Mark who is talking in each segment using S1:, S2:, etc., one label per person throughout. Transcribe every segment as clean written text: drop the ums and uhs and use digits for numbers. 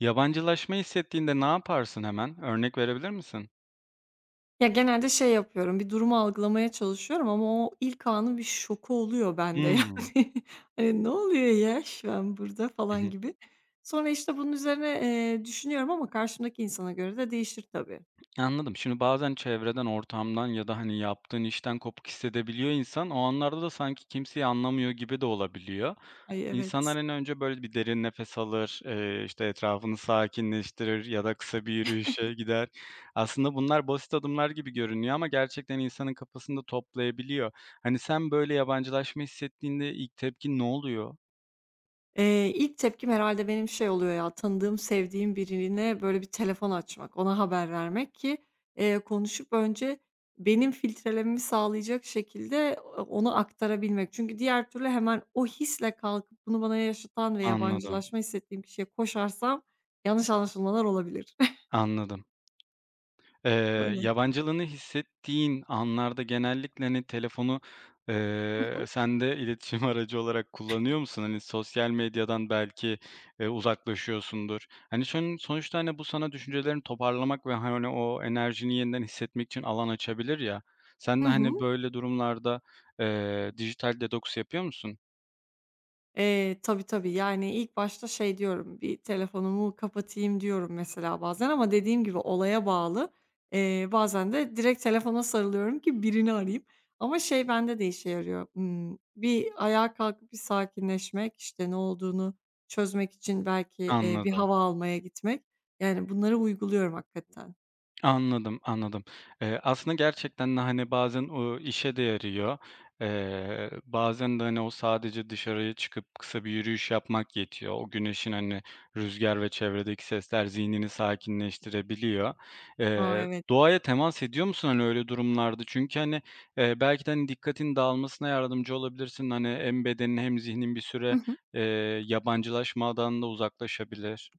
S1: Yabancılaşma hissettiğinde ne yaparsın hemen? Örnek verebilir misin?
S2: Ya, genelde şey yapıyorum, bir durumu algılamaya çalışıyorum ama o ilk anın bir şoku oluyor bende
S1: Hımm.
S2: yani. Hani, "Ne oluyor ya şu an burada?"
S1: Hı
S2: falan
S1: hı.
S2: gibi. Sonra, işte, bunun üzerine, düşünüyorum ama karşımdaki insana göre de değişir tabii.
S1: Anladım. Şimdi bazen çevreden, ortamdan ya da, hani, yaptığın işten kopuk hissedebiliyor insan. O anlarda da sanki kimseyi anlamıyor gibi de olabiliyor.
S2: Ay,
S1: İnsanlar,
S2: evet.
S1: en önce böyle bir derin nefes alır, işte, etrafını sakinleştirir ya da kısa bir yürüyüşe gider. Aslında bunlar basit adımlar gibi görünüyor ama gerçekten insanın kafasını toplayabiliyor. Hani, sen böyle yabancılaşma hissettiğinde ilk tepkin ne oluyor?
S2: İlk tepkim herhâlde benim şey oluyor ya, tanıdığım, sevdiğim birine böyle bir telefon açmak, ona haber vermek ki, konuşup önce benim filtrelememi sağlayacak şekilde onu aktarabilmek. Çünkü diğer türlü hemen o hisle kalkıp bunu bana yaşatan ve
S1: Anladım,
S2: yabancılaşma hissettiğim kişiye koşarsam yanlış anlaşılmalar olabilir.
S1: anladım.
S2: Öyle.
S1: Yabancılığını hissettiğin anlarda genellikle, hani, telefonu,
S2: Hı hı.
S1: sen de iletişim aracı olarak kullanıyor musun? Hani, sosyal medyadan belki, uzaklaşıyorsundur. Hani, sonuçta, hani, bu sana düşüncelerini toparlamak ve, hani, o enerjini yeniden hissetmek için alan açabilir ya.
S2: Hı
S1: Sen de, hani,
S2: hı.
S1: böyle durumlarda, dijital detoks yapıyor musun?
S2: Tabii, tabii. Yani, ilk başta şey diyorum, bir telefonumu kapatayım diyorum mesela bazen ama dediğim gibi olaya bağlı. Bazen de direkt telefona sarılıyorum ki birini arayayım. Ama şey bende de işe yarıyor. Bir ayağa kalkıp bir sakinleşmek, işte, ne olduğunu çözmek için belki, bir
S1: Anladım.
S2: hava almaya gitmek. Yani, bunları uyguluyorum hakikaten.
S1: Anladım, anladım. Aslında gerçekten de, hani, bazen o işe de yarıyor. Bazen de, hani, o sadece dışarıya çıkıp kısa bir yürüyüş yapmak yetiyor. O güneşin, hani, rüzgar ve çevredeki sesler zihnini sakinleştirebiliyor.
S2: A, evet.
S1: Doğaya temas ediyor musun, hani, öyle durumlarda? Çünkü, hani, belki de, hani, dikkatin dağılmasına yardımcı olabilirsin. Hani, hem bedenin hem zihnin bir süre, eee, yabancılaşmadan da uzaklaşabilir.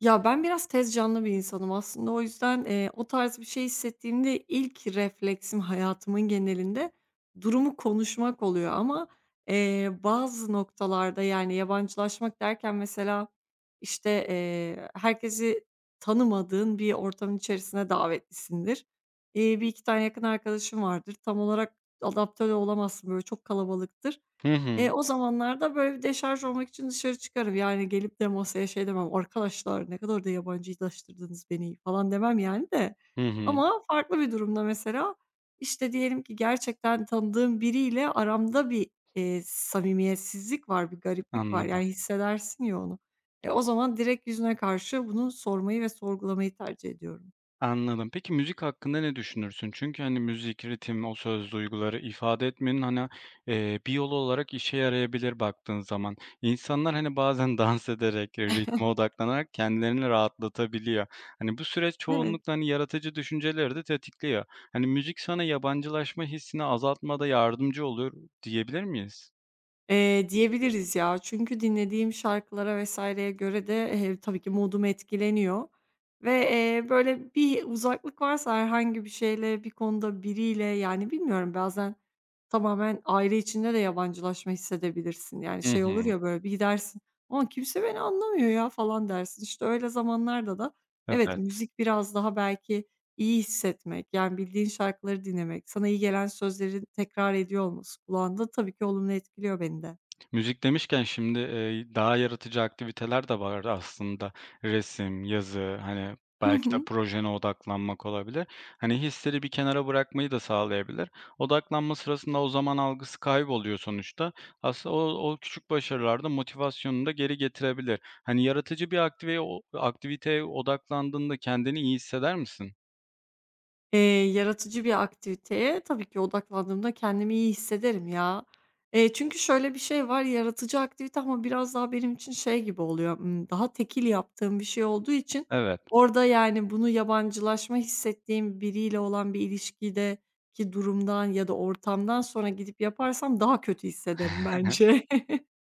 S2: Ya, ben biraz tez canlı bir insanım aslında. O yüzden, o tarz bir şey hissettiğimde ilk refleksim hayatımın genelinde durumu konuşmak oluyor ama, bazı noktalarda, yani, yabancılaşmak derken mesela, işte, herkesi tanımadığın bir ortamın içerisine davetlisindir. 1-2 tane yakın arkadaşın vardır. Tam olarak adapte de olamazsın, böyle, çok kalabalıktır.
S1: Hı hı.
S2: O zamanlarda, böyle, bir deşarj olmak için dışarı çıkarım. Yani, gelip de masaya şey demem, "Arkadaşlar, ne kadar da yabancılaştırdınız beni." falan demem, yani, de.
S1: Hı hı.
S2: Ama farklı bir durumda mesela, işte, diyelim ki gerçekten tanıdığım biriyle aramda bir, samimiyetsizlik var, bir gariplik var.
S1: Anladım.
S2: Yani, hissedersin ya onu. O zaman direkt yüzüne karşı bunu sormayı ve sorgulamayı tercih ediyorum.
S1: Anladım. Peki müzik hakkında ne düşünürsün? Çünkü, hani, müzik, ritim, o söz, duyguları ifade etmenin, hani, bir yolu olarak işe yarayabilir baktığın zaman. İnsanlar, hani, bazen dans ederek, ritme odaklanarak kendilerini rahatlatabiliyor. Hani, bu süreç
S2: Evet.
S1: çoğunlukla, hani, yaratıcı düşünceleri de tetikliyor. Hani, müzik sana yabancılaşma hissini azaltmada yardımcı oluyor diyebilir miyiz?
S2: Diyebiliriz ya. Çünkü dinlediğim şarkılara vesaireye göre de, tabii ki modum etkileniyor ve, böyle bir uzaklık varsa herhangi bir şeyle, bir konuda biriyle, yani, bilmiyorum bazen tamamen aile içinde de yabancılaşma hissedebilirsin. Yani,
S1: Hı
S2: şey olur
S1: hı.
S2: ya, böyle bir gidersin, ama kimse beni anlamıyor ya." falan dersin. İşte, öyle zamanlarda da evet,
S1: Evet.
S2: müzik biraz daha belki İyi hissetmek, yani, bildiğin şarkıları dinlemek, sana iyi gelen sözleri tekrar ediyor olması kulağında tabii ki olumlu etkiliyor beni de.
S1: Müzik demişken şimdi, daha yaratıcı aktiviteler de var aslında. Resim, yazı, hani,
S2: Hı
S1: belki de
S2: hı.
S1: projene odaklanmak olabilir. Hani, hisleri bir kenara bırakmayı da sağlayabilir. Odaklanma sırasında o zaman algısı kayboluyor sonuçta. Aslında o küçük başarılar da motivasyonunu da geri getirebilir. Hani, yaratıcı bir aktiviteye odaklandığında kendini iyi hisseder misin?
S2: Eee, Yaratıcı bir aktiviteye tabii ki odaklandığımda kendimi iyi hissederim ya. Çünkü şöyle bir şey var, yaratıcı aktivite ama biraz daha benim için şey gibi oluyor, daha tekil yaptığım bir şey olduğu için
S1: Evet,
S2: orada, yani, bunu yabancılaşma hissettiğim biriyle olan bir ilişkideki durumdan ya da ortamdan sonra gidip yaparsam daha kötü hissederim bence.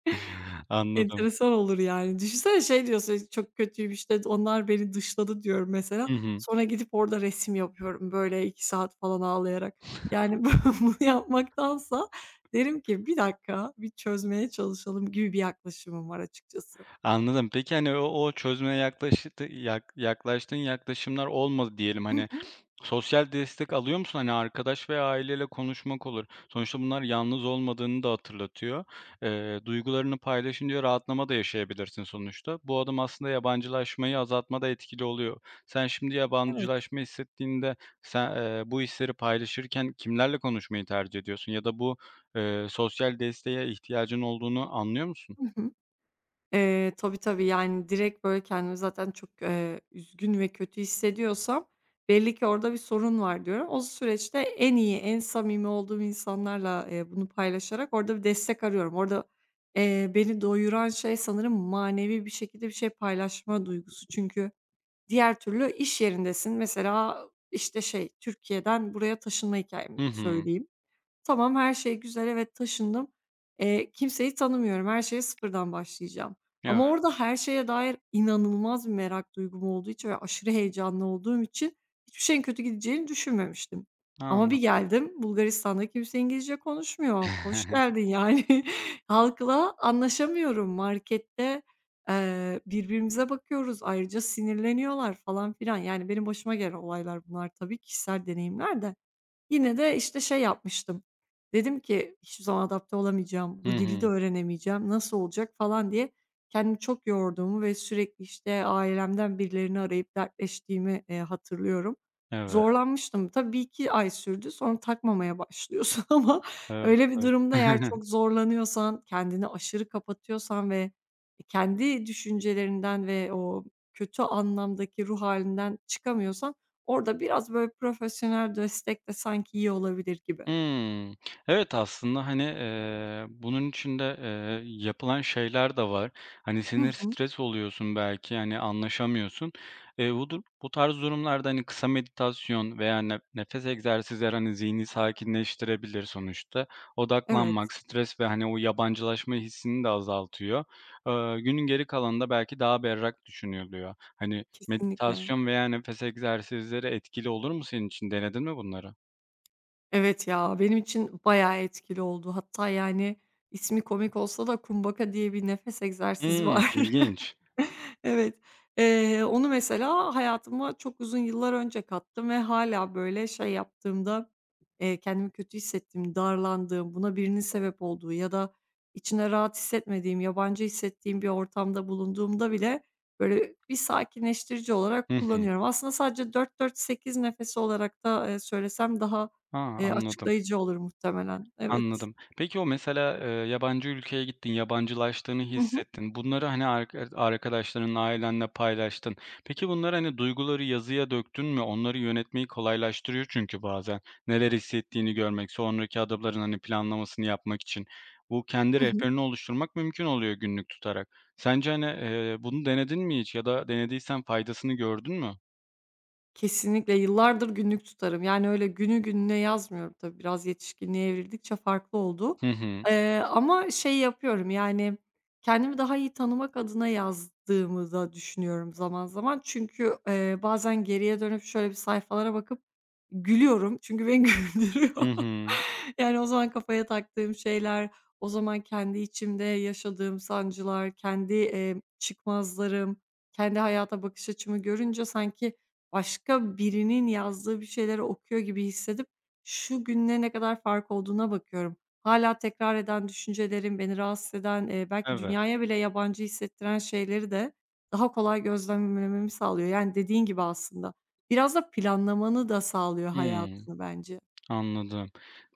S1: anladım.
S2: Enteresan olur yani. Düşünsene şey diyorsun, "Çok kötüyüm, işte, onlar beni dışladı." diyorum mesela.
S1: Hı hı.
S2: Sonra gidip orada resim yapıyorum, böyle 2 saat falan ağlayarak. Yani, bunu yapmaktansa derim ki, "Bir dakika, bir çözmeye çalışalım." gibi bir yaklaşımım var açıkçası.
S1: Anladım. Peki, hani, o çözüme yaklaştığın yaklaşımlar olmadı diyelim.
S2: Hı
S1: Hani,
S2: hı.
S1: sosyal destek alıyor musun? Hani, arkadaş veya aileyle konuşmak olur. Sonuçta bunlar yalnız olmadığını da hatırlatıyor. Duygularını paylaşınca rahatlama da yaşayabilirsin sonuçta. Bu adım aslında yabancılaşmayı azaltmada etkili oluyor. Sen şimdi
S2: Evet.
S1: yabancılaşma hissettiğinde sen, bu hisleri paylaşırken kimlerle konuşmayı tercih ediyorsun ya da bu, sosyal desteğe ihtiyacın olduğunu anlıyor musun?
S2: Hı hı. Tabii, tabii. Yani, direkt, böyle, kendimi zaten çok, üzgün ve kötü hissediyorsam belli ki orada bir sorun var diyorum. O süreçte en iyi, en samimi olduğum insanlarla, bunu paylaşarak orada bir destek arıyorum. Orada, beni doyuran şey sanırım manevi bir şekilde bir şey paylaşma duygusu. Çünkü diğer türlü iş yerindesin. Mesela, işte, şey, Türkiye'den buraya taşınma
S1: Hı
S2: hikayemi
S1: hı.
S2: söyleyeyim. Tamam, her şey güzel, evet, taşındım. Kimseyi tanımıyorum, her şeye sıfırdan başlayacağım.
S1: Evet.
S2: Ama orada her şeye dair inanılmaz bir merak duygum olduğu için ve aşırı heyecanlı olduğum için hiçbir şeyin kötü gideceğini düşünmemiştim. Ama bir
S1: Anladım.
S2: geldim, Bulgaristan'da kimse İngilizce konuşmuyor. Hoş geldin, yani. Halkla anlaşamıyorum. Markette, birbirimize bakıyoruz, ayrıca sinirleniyorlar falan filan. Yani benim başıma gelen olaylar bunlar tabii, kişisel deneyimler de. Yine de, işte, şey yapmıştım. Dedim ki, "Hiçbir zaman adapte olamayacağım, bu
S1: Hı
S2: dili de
S1: hı.
S2: öğrenemeyeceğim, nasıl olacak?" falan diye kendimi çok yorduğumu ve sürekli, işte, ailemden birilerini arayıp dertleştiğimi, hatırlıyorum.
S1: Evet,
S2: Zorlanmıştım. Tabii 1-2 ay sürdü, sonra takmamaya başlıyorsun ama
S1: evet,
S2: öyle bir
S1: evet.
S2: durumda eğer çok zorlanıyorsan, kendini aşırı kapatıyorsan ve kendi düşüncelerinden ve o kötü anlamdaki ruh halinden çıkamıyorsan orada biraz böyle profesyonel destek de sanki iyi olabilir gibi.
S1: Hımm. Evet, aslında, hani, bunun içinde, yapılan şeyler de var. Hani,
S2: Hı
S1: sinir
S2: hı.
S1: stres oluyorsun belki, hani, anlaşamıyorsun. Dur bu tarz durumlarda, hani, kısa meditasyon veya nefes egzersizleri, hani, zihni sakinleştirebilir sonuçta.
S2: Evet,
S1: Odaklanmak, stres ve, hani, o yabancılaşma hissini de azaltıyor. Günün geri kalanında belki daha berrak düşünülüyor. Hani,
S2: kesinlikle.
S1: meditasyon veya nefes egzersizleri etkili olur mu senin için? Denedin mi bunları?
S2: Evet ya, benim için bayağı etkili oldu. Hatta yani ismi komik olsa da kumbaka diye bir nefes egzersizi
S1: Hımm,
S2: var.
S1: ilginç.
S2: Evet. Onu mesela hayatıma çok uzun yıllar önce kattım ve hâlâ, böyle, şey yaptığımda, kendimi kötü hissettiğim, darlandığım, buna birinin sebep olduğu ya da içinde rahat hissetmediğim, yabancı hissettiğim bir ortamda bulunduğumda bile, böyle, bir sakinleştirici olarak
S1: Hı hı.
S2: kullanıyorum. Aslında sadece 4-4-8 nefesi olarak da, söylesem daha,
S1: A, anladım,
S2: açıklayıcı olur muhtemelen. Evet.
S1: anladım. Peki o mesela, yabancı ülkeye gittin, yabancılaştığını
S2: Hı hı.
S1: hissettin. Bunları, hani, arkadaşlarınla, ailenle paylaştın. Peki bunları, hani, duyguları yazıya döktün mü? Onları yönetmeyi kolaylaştırıyor çünkü bazen. Neler hissettiğini görmek, sonraki adımların, hani, planlamasını yapmak için. Bu kendi
S2: Hı hı.
S1: rehberini oluşturmak mümkün oluyor günlük tutarak. Sence, hani, bunu denedin mi hiç ya da denediysen faydasını gördün mü?
S2: Kesinlikle, yıllardır günlük tutarım. Yani, öyle günü gününe yazmıyorum tabii, biraz yetişkinliğe evrildikçe farklı oldu.
S1: Hı hı.
S2: Ama şey yapıyorum, yani, kendimi daha iyi tanımak adına yazdığımı da düşünüyorum zaman zaman. Çünkü, bazen geriye dönüp şöyle bir sayfalara bakıp gülüyorum. Çünkü beni güldürüyor.
S1: Hı hı.
S2: Yani, o zaman kafaya taktığım şeyler, o zaman kendi içimde yaşadığım sancılar, kendi, çıkmazlarım, kendi hayata bakış açımı görünce sanki başka birinin yazdığı bir şeyleri okuyor gibi hissedip şu gününe ne kadar fark olduğuna bakıyorum. Hala tekrar eden düşüncelerim, beni rahatsız eden, belki
S1: Evet.
S2: dünyaya bile yabancı hissettiren şeyleri de daha kolay gözlemlememi sağlıyor. Yani, dediğin gibi aslında biraz da planlamanı da sağlıyor
S1: Hıı.
S2: hayatını bence.
S1: Anladım.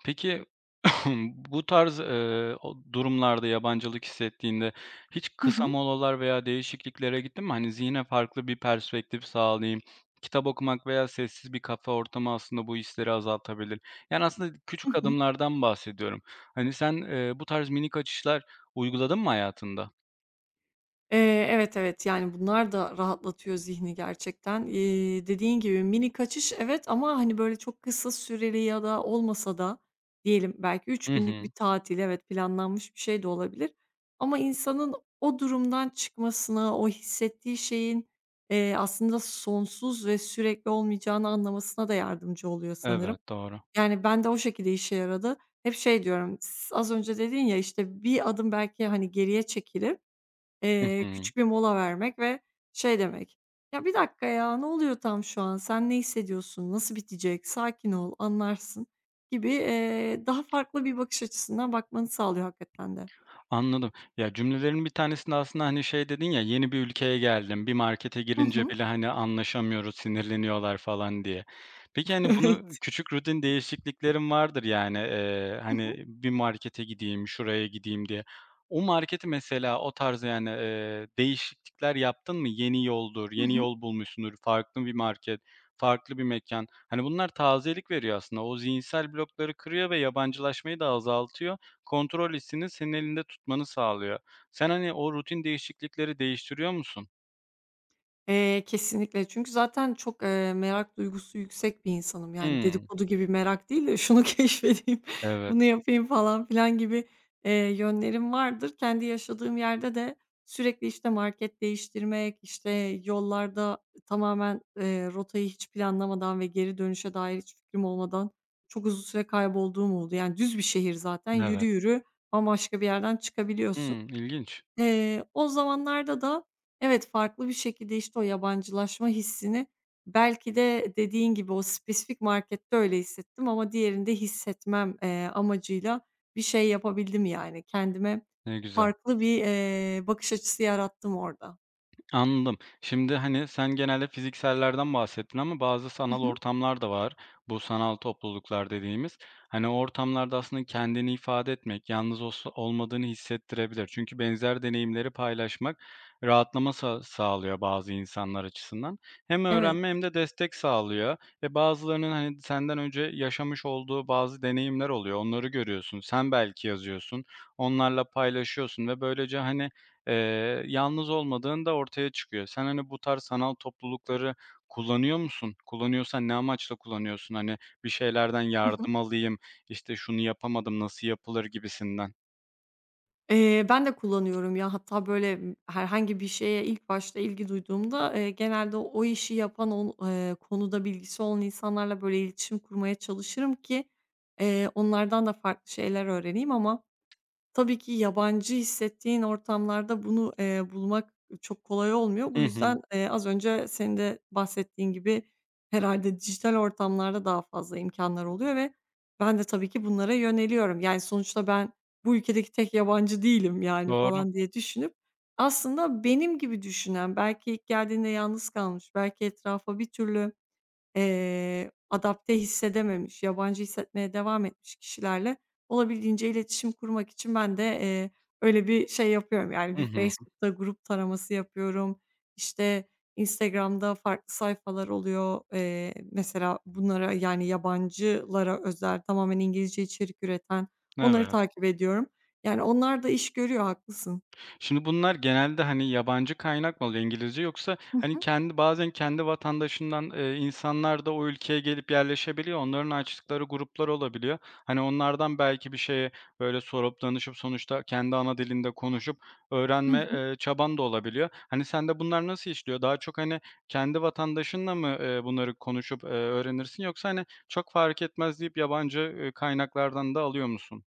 S1: Peki bu tarz, o durumlarda yabancılık hissettiğinde hiç
S2: Hı
S1: kısa
S2: hı.
S1: molalar veya değişikliklere gittin mi? Hani, zihne farklı bir perspektif sağlayayım, kitap okumak veya sessiz bir kafe ortamı aslında bu hisleri azaltabilir. Yani, aslında
S2: Hı
S1: küçük
S2: hı.
S1: adımlardan bahsediyorum. Hani, sen, bu tarz minik açışlar uyguladın mı hayatında?
S2: Evet, evet, yani, bunlar da rahatlatıyor zihni gerçekten. Dediğin gibi mini kaçış evet ama, hani, böyle, çok kısa süreli ya da olmasa da diyelim belki üç
S1: Hı
S2: günlük bir
S1: hı.
S2: tatil evet, planlanmış bir şey de olabilir ama insanın o durumdan çıkmasına, o hissettiği şeyin, aslında sonsuz ve sürekli olmayacağını anlamasına da yardımcı oluyor sanırım.
S1: Evet, doğru.
S2: Yani, ben de o şekilde işe yaradı. Hep şey diyorum, s az önce dedin ya, işte, bir adım belki, hani, geriye çekilir.
S1: Hı hı.
S2: Küçük bir mola vermek ve şey demek, "Ya, bir dakika ya, ne oluyor tam şu an? Sen ne hissediyorsun? Nasıl bitecek? Sakin ol, anlarsın." gibi, daha farklı bir bakış açısından bakmanı sağlıyor hakikaten de.
S1: Anladım. Ya, cümlelerin bir tanesinde aslında, hani, şey dedin ya, "Yeni bir ülkeye geldim, bir markete
S2: Hı
S1: girince
S2: hı.
S1: bile, hani, anlaşamıyoruz, sinirleniyorlar." falan diye. Peki, hani, bunu
S2: Evet.
S1: küçük rutin değişikliklerin vardır, yani,
S2: Hı hı.
S1: hani, bir markete gideyim, şuraya gideyim diye. O marketi mesela o tarz, yani, değişiklikler yaptın mı? Yeni yoldur,
S2: Hı
S1: yeni
S2: hı.
S1: yol bulmuşsundur, farklı bir market, farklı bir mekan. Hani, bunlar tazelik veriyor aslında. O zihinsel blokları kırıyor ve yabancılaşmayı da azaltıyor kontrol hissini senin elinde tutmanı sağlıyor. Sen, hani, o rutin değişiklikleri değiştiriyor musun?
S2: Kesinlikle. Çünkü zaten çok, merak duygusu yüksek bir insanım. Yani
S1: Hımm.
S2: dedikodu gibi merak değil de şunu keşfedeyim,
S1: Evet,
S2: bunu yapayım falan filan gibi, yönlerim vardır. Kendi yaşadığım yerde de sürekli, işte, market değiştirmek, işte, yollarda tamamen, rotayı hiç planlamadan ve geri dönüşe dair hiç fikrim olmadan çok uzun süre kaybolduğum oldu. Yani düz bir şehir zaten. Yürü
S1: evet.
S2: yürü bambaşka bir yerden çıkabiliyorsun.
S1: Hımm, ilginç.
S2: O zamanlarda da evet, farklı bir şekilde, işte, o yabancılaşma hissini belki de dediğin gibi o spesifik markette öyle hissettim ama diğerinde hissetmem, amacıyla bir şey yapabildim yani. Kendime
S1: Ne güzel.
S2: farklı bir, bakış açısı yarattım orada.
S1: Anladım. Şimdi, hani, sen genelde fiziksellerden bahsettin ama bazı
S2: Hı
S1: sanal
S2: hı.
S1: ortamlar da var. Bu sanal topluluklar dediğimiz. Hani, o ortamlarda aslında kendini ifade etmek, yalnız olsa olmadığını hissettirebilir. Çünkü benzer deneyimleri paylaşmak rahatlama sa sağlıyor bazı insanlar açısından. Hem
S2: Evet.
S1: öğrenme hem de destek sağlıyor ve bazılarının, hani, senden önce yaşamış olduğu bazı deneyimler oluyor. Onları görüyorsun. Sen belki yazıyorsun. Onlarla paylaşıyorsun ve böylece, hani, yalnız olmadığın da ortaya çıkıyor. Sen, hani, bu tarz sanal toplulukları kullanıyor musun? Kullanıyorsan ne amaçla kullanıyorsun? Hani, bir şeylerden yardım alayım, işte, şunu yapamadım, nasıl yapılır gibisinden?
S2: Ben de kullanıyorum ya. Hatta, böyle, herhangi bir şeye ilk başta ilgi duyduğumda, genelde o işi yapan, on konuda bilgisi olan insanlarla, böyle, iletişim kurmaya çalışırım ki, onlardan da farklı şeyler öğreneyim ama tabii ki yabancı hissettiğin ortamlarda bunu, bulmak çok kolay olmuyor. Bu
S1: Hı hı.
S2: yüzden, az önce senin de bahsettiğin gibi herhâlde dijital ortamlarda daha fazla imkânlar oluyor ve ben de tabii ki bunlara yöneliyorum. Yani, sonuçta ben bu ülkedeki tek yabancı değilim, yani,
S1: Doğru.
S2: falan diye düşünüp aslında benim gibi düşünen, belki ilk geldiğinde yalnız kalmış, belki etrafa bir türlü adapte hissedememiş, yabancı hissetmeye devam etmiş kişilerle olabildiğince iletişim kurmak için ben de, öyle bir şey yapıyorum. Yani,
S1: Hı
S2: bir
S1: hı.
S2: Facebook'ta grup taraması yapıyorum. İşte, Instagram'da farklı sayfalar oluyor. Mesela bunlara, yani, yabancılara özel tamamen İngilizce içerik üreten onları
S1: Evet.
S2: takip ediyorum. Yani, onlar da iş görüyor, haklısın.
S1: Şimdi bunlar genelde, hani, yabancı kaynak mı oluyor İngilizce yoksa,
S2: Hı
S1: hani,
S2: hı.
S1: bazen kendi vatandaşından, insanlar da o ülkeye gelip yerleşebiliyor. Onların açtıkları gruplar olabiliyor. Hani, onlardan belki bir şeye, böyle, sorup danışıp sonuçta kendi ana dilinde konuşup öğrenme, çaban da olabiliyor. Hani, sende bunlar nasıl işliyor? Daha çok, hani, kendi vatandaşınla mı, bunları konuşup, öğrenirsin yoksa, hani, çok fark etmez deyip yabancı, kaynaklardan da alıyor musun?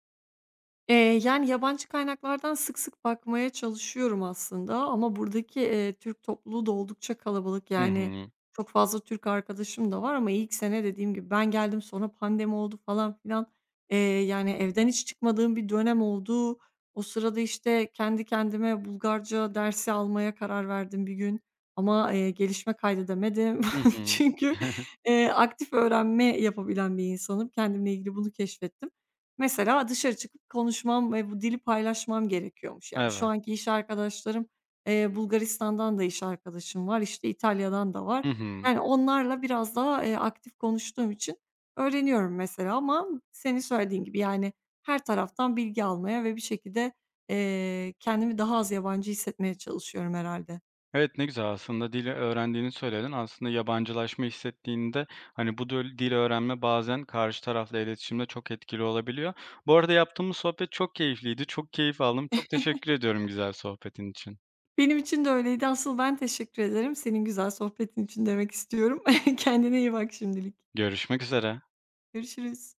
S2: Eee, Yani, yabancı kaynaklardan sık sık bakmaya çalışıyorum aslında ama buradaki, Türk topluluğu da oldukça kalabalık.
S1: Hı
S2: Yani,
S1: hı.
S2: çok fazla Türk arkadaşım da var ama ilk sene dediğim gibi ben geldim, sonra pandemi oldu falan filan. Yani, evden hiç çıkmadığım bir dönem oldu. O sırada, işte, kendi kendime Bulgarca dersi almaya karar verdim bir gün ama, gelişme kaydedemedim.
S1: Hı hı.
S2: Çünkü, aktif öğrenme yapabilen bir insanım. Kendimle ilgili bunu keşfettim. Mesela dışarı çıkıp konuşmam ve bu dili paylaşmam gerekiyormuş. Yani, şu
S1: Evet.
S2: anki iş arkadaşlarım, Bulgaristan'dan da iş arkadaşım var, işte, İtalya'dan da var.
S1: Hı hı.
S2: Yani, onlarla biraz daha, aktif konuştuğum için öğreniyorum mesela ama senin söylediğin gibi, yani, her taraftan bilgi almaya ve bir şekilde, kendimi daha az yabancı hissetmeye çalışıyorum herhalde.
S1: Evet, ne güzel aslında dili öğrendiğini söyledin. Aslında yabancılaşma hissettiğinde, hani, bu dil öğrenme bazen karşı tarafla iletişimde çok etkili olabiliyor. Bu arada yaptığımız sohbet çok keyifliydi. Çok keyif aldım. Çok teşekkür ediyorum güzel sohbetin için.
S2: Benim için de öyleydi. Asıl ben teşekkür ederim. Senin güzel sohbetin için demek istiyorum. Kendine iyi bak şimdilik.
S1: Görüşmek üzere.
S2: Görüşürüz.